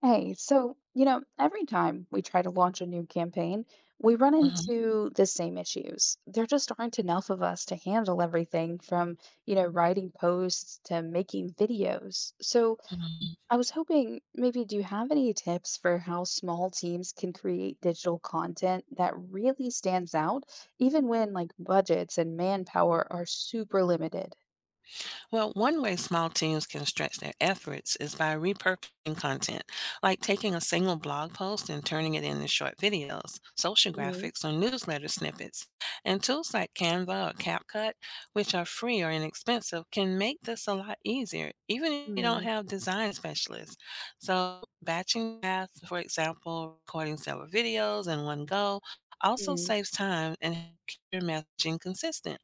Hey, so, every time we try to launch a new campaign, we run Mhm, into the same issues. There just aren't enough of us to handle everything from, writing posts to making videos. So mhm. I was hoping maybe do you have any tips for how small teams can create digital content that really stands out, even when like budgets and manpower are super limited? Well, one way small teams can stretch their efforts is by repurposing content, like taking a single blog post and turning it into short videos, social graphics, or newsletter snippets. And tools like Canva or CapCut, which are free or inexpensive, can make this a lot easier, even if you don't Mm-hmm. have design specialists. So, batching tasks, for example, recording several videos in one go, also saves time and keeps your messaging consistent.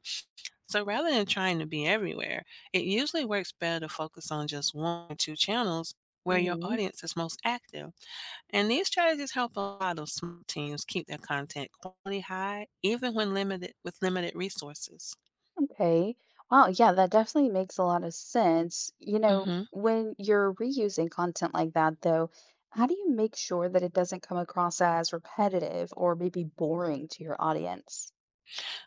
So rather than trying to be everywhere, it usually works better to focus on just one or two channels where your Mm-hmm. audience is most active. And these strategies help a lot of small teams keep their content quality high, even when limited with limited resources. Okay. Wow. Yeah, that definitely makes a lot of sense. You know, Hmm. when you're reusing content like that, though, how do you make sure that it doesn't come across as repetitive or maybe boring to your audience?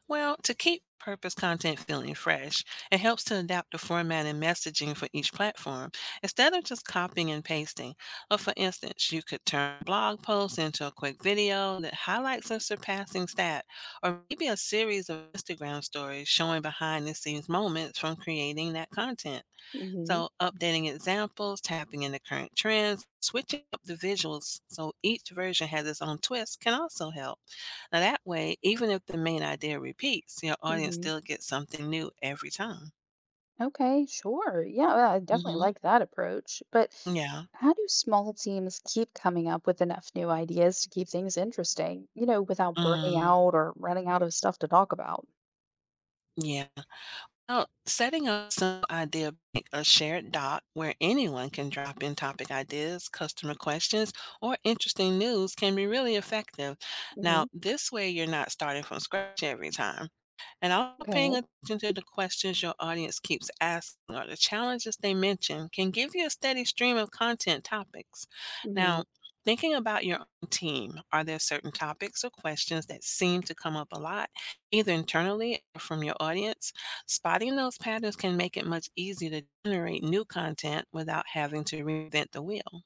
Well, to keep purpose content feeling fresh, it helps to adapt the format and messaging for each platform instead of just copying and pasting. Or for instance, you could turn a blog posts into a quick video that highlights a surpassing stat, or maybe a series of Instagram stories showing behind the scenes moments from creating that content. Hmm So, updating examples, tapping into current trends, switching up the visuals so each version has its own twist can also help. Now, that way, even if the main idea repeats, your audience hmm still gets something new every time. Okay, sure. Yeah, well, I definitely Hmm. like that approach. But Yeah. how do small teams keep coming up with enough new ideas to keep things interesting, you know, without burning Mm, out or running out of stuff to talk about? yeah. Oh, setting up some idea bank, a shared doc where anyone can drop in topic ideas, customer questions, or interesting news can be really effective. Now, Hmm this way, you're not starting from scratch every time. And also paying Okay. attention to the questions your audience keeps asking or the challenges they mention can give you a steady stream of content topics. Now, Mhm. thinking about your own team, are there certain topics or questions that seem to come up a lot, either internally or from your audience? Spotting those patterns can make it much easier to generate new content without having to reinvent the wheel.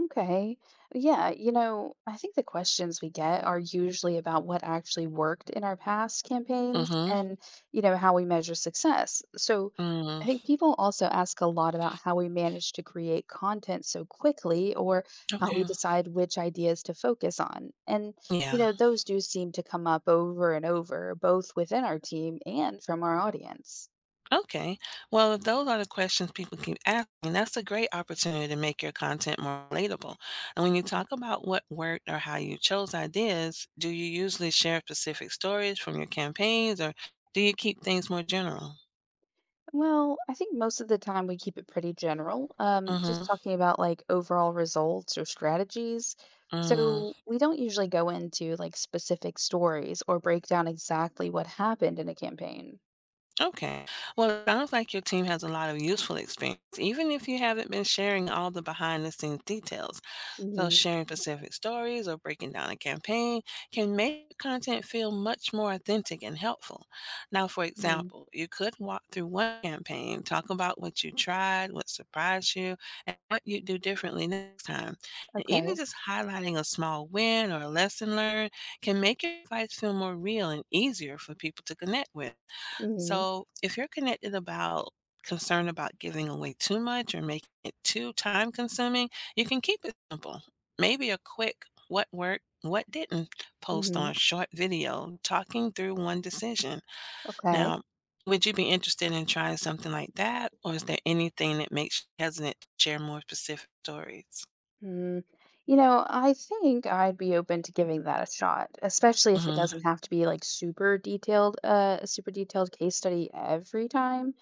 Okay. Yeah, you know, I think the questions we get are usually about what actually worked in our past campaigns Mm-hmm. and, you know, how we measure success. So Mm. I think people also ask a lot about how we manage to create content so quickly or how Okay. we decide which ideas to focus on. And, you Yeah. know, those do seem to come up over and over, both within our team and from our audience. Okay. Well, if those are the questions people keep asking, that's a great opportunity to make your content more relatable. And when you Mhm. talk about what worked or how you chose ideas, do you usually share specific stories from your campaigns, or do you keep things more general? Well, I think most of the time we keep it pretty general, just Mm-hmm. talking about like overall results or strategies. Mm. So we don't usually go into like specific stories or break down exactly what happened in a campaign. Okay. Well, it sounds like your team has a lot of useful experience, even if you haven't been sharing all the behind the scenes details. So, Mm-hmm. sharing specific stories or breaking down a campaign can make the content feel much more authentic and helpful. Now, for example, you could walk through one campaign, talk about what you tried, what surprised you, and what you would do differently next time. And even Okay. just highlighting a small win or a lesson learned can make your advice feel more real and easier for people to connect with. Mm-hmm. So if you're connected about concern about giving away too much or making it too time consuming, you can keep it simple. Maybe a quick what worked, what didn't post Mm-hmm. on short video talking through one decision. Okay. Now, would you be interested in trying something like that? Or is there anything that makes you hesitant to share more specific stories? Mm. You know, I think I'd be open to giving that a shot, especially if it Hmm. doesn't have to be like super detailed, a super detailed case study every time.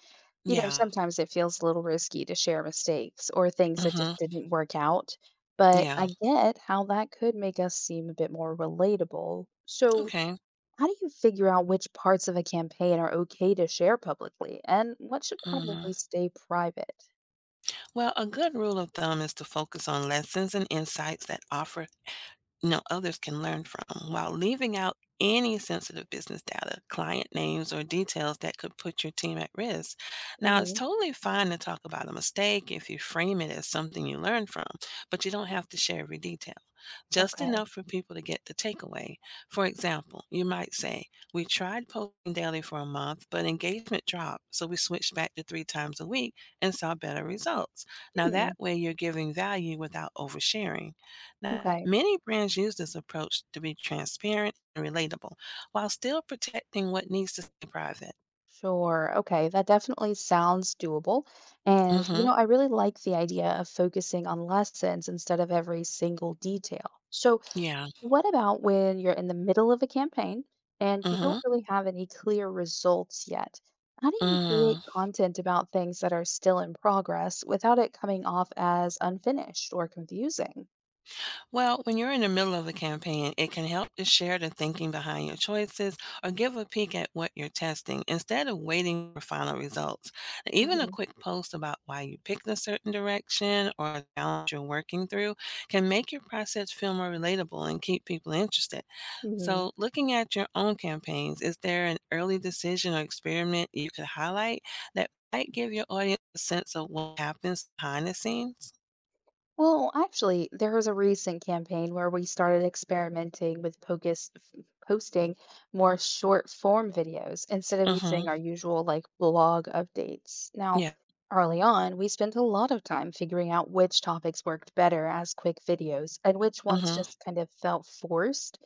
You know, Yeah. sometimes it feels a little risky to share mistakes or things that Hmm. just didn't work out, but Yeah. I get how that could make us seem a bit more relatable. So, Okay. how do you figure out which parts of a campaign are okay to share publicly and what should probably Hmm. stay private? Well, a good rule of thumb is to focus on lessons and insights that offer, others can learn from, while leaving out any sensitive business data, client names, or details that could put your team at risk. Now, it's Mhm. totally fine to talk about a mistake if you frame it as something you learned from, but you don't have to share every detail, just Okay. enough for people to get the takeaway. For example, you might say, we tried posting daily for a month, but engagement dropped, so we switched back to three times a week and saw better results. Now, Hmm. that way, you're giving value without oversharing. Now, Okay. many brands use this approach to be transparent and relatable while still protecting what needs to stay private. Sure. Okay. That definitely sounds doable. And, you Mm-hmm. know, I really like the idea of focusing on lessons instead of every single detail. So, Yeah. what about when you're in the middle of a campaign and you don't Mm-hmm. really have any clear results yet? How do you create Mm. content about things that are still in progress without it coming off as unfinished or confusing? Well, when you're in the middle of a campaign, it can help to share the thinking behind your choices or give a peek at what you're testing instead of waiting for final results. Even a quick post about why you picked a certain direction or a challenge you're working through can make your process feel more relatable and keep people interested. Hmm So, looking at your own campaigns, is there an early decision or experiment you could highlight that might give your audience a sense of what happens behind the scenes? Well, actually, there was a recent campaign where we started experimenting with posting more short form videos instead of Mm-hmm. using our usual like blog updates. Now, Yeah. early on, we spent a lot of time figuring out which topics worked better as quick videos and which ones Mm-hmm. just kind of felt forced.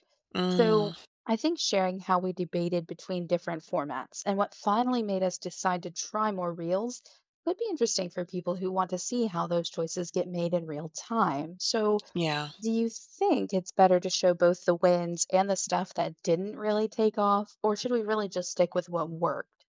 So, Mm. I think sharing how we debated between different formats and what finally made us decide to try more reels could be interesting for people who want to see how those choices get made in real time. So, Yeah. do you think it's better to show both the wins and the stuff that didn't really take off, or should we really just stick with what worked?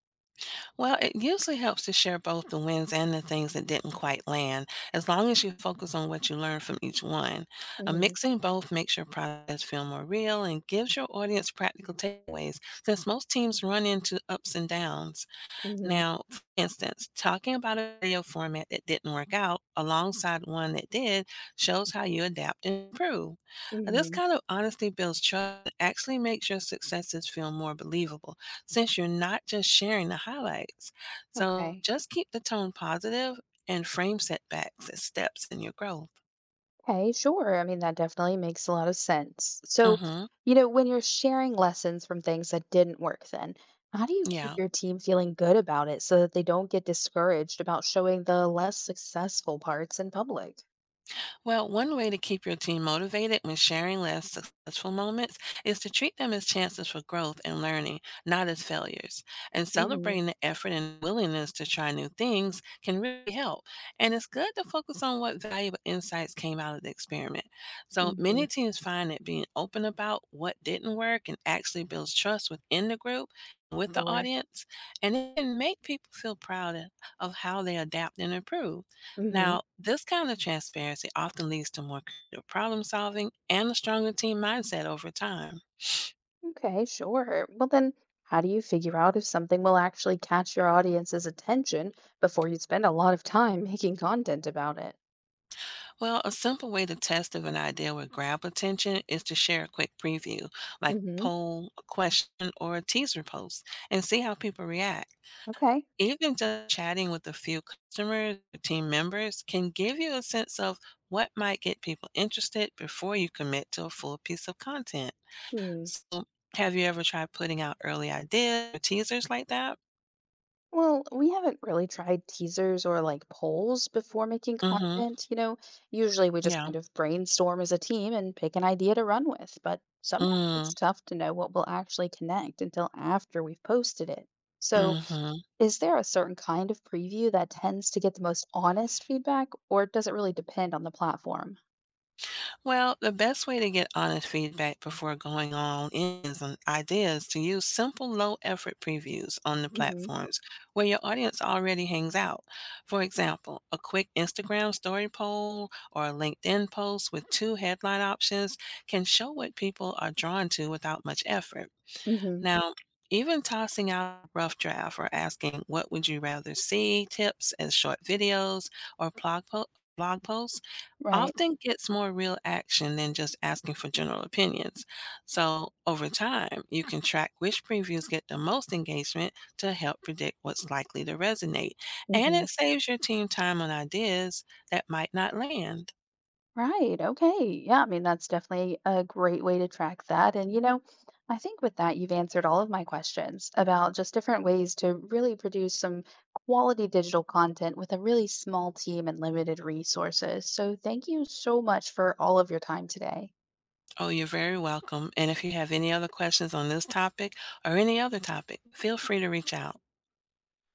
Well, it usually helps to share both the wins and the things that didn't quite land, as long as you focus on what you learned from each one. Hmm Mixing both makes your process feel more real and gives your audience practical takeaways, since most teams run into ups and downs. hmm Now, for instance, talking about a video format that didn't work out alongside one that did shows how you adapt and improve. Now, this hmm kind of honesty builds trust and actually makes your successes feel more believable, since you're not just sharing the highlights. So Okay. just keep the tone positive and frame setbacks as steps in your growth. Okay, sure. I mean, that definitely makes a lot of sense. So, Hmm. you know, when you're sharing lessons from things that didn't work, then how do you keep Yeah. your team feeling good about it so that they don't get discouraged about showing the less successful parts in public? Well, one way to keep your team motivated when sharing less successful moments is to treat them as chances for growth and learning, not as failures. And celebrating the effort and willingness to try new things can really help. And it's good to focus on what valuable insights came out of the experiment. So Mm-hmm. many teams find that being open about what didn't work and actually builds trust within the group. With the Sure. audience, and it can make people feel proud of how they adapt and improve. Mm-hmm. Now, this kind of transparency often leads to more creative problem solving and a stronger team mindset over time. Okay, sure. Well, then, how do you figure out if something will actually catch your audience's attention before you spend a lot of time making content about it? Well, a simple way to test if an idea would grab attention is to share a quick preview, like a Mm-hmm. poll, a question, or a teaser post, and see how people react. Okay. Even just chatting with a few customers or team members can give you a sense of what might get people interested before you commit to a full piece of content. Hmm. So, have you ever tried putting out early ideas or teasers like that? Well, we haven't really tried teasers or like polls before making Mhm. content. You know, usually we just Yeah. kind of brainstorm as a team and pick an idea to run with, but sometimes Mm. it's tough to know what will actually connect until after we've posted it. So, Mhm. is there a certain kind of preview that tends to get the most honest feedback, or does it really depend on the platform? Well, the best way to get honest feedback before going on is on ideas is to use simple low effort previews on the Hmm platforms where your audience already hangs out. For example, a quick Instagram story poll or a LinkedIn post with two headline options can show what people are drawn to without much effort. hmm Now, even tossing out a rough draft or asking what would you rather see, tips as short videos or blog posts, Right. often gets more real action than just asking for general opinions. So, over time, you can track which previews get the most engagement to help predict what's likely to resonate. And hmm it saves your team time on ideas that might not land. Right. Okay. Yeah. I mean, that's definitely a great way to track that. And, you know, I think with that, you've answered all of my questions about just different ways to really produce some quality digital content with a really small team and limited resources. So, thank you so much for all of your time today. Oh, you're very welcome. And if you have any other questions on this topic or any other topic, feel free to reach out.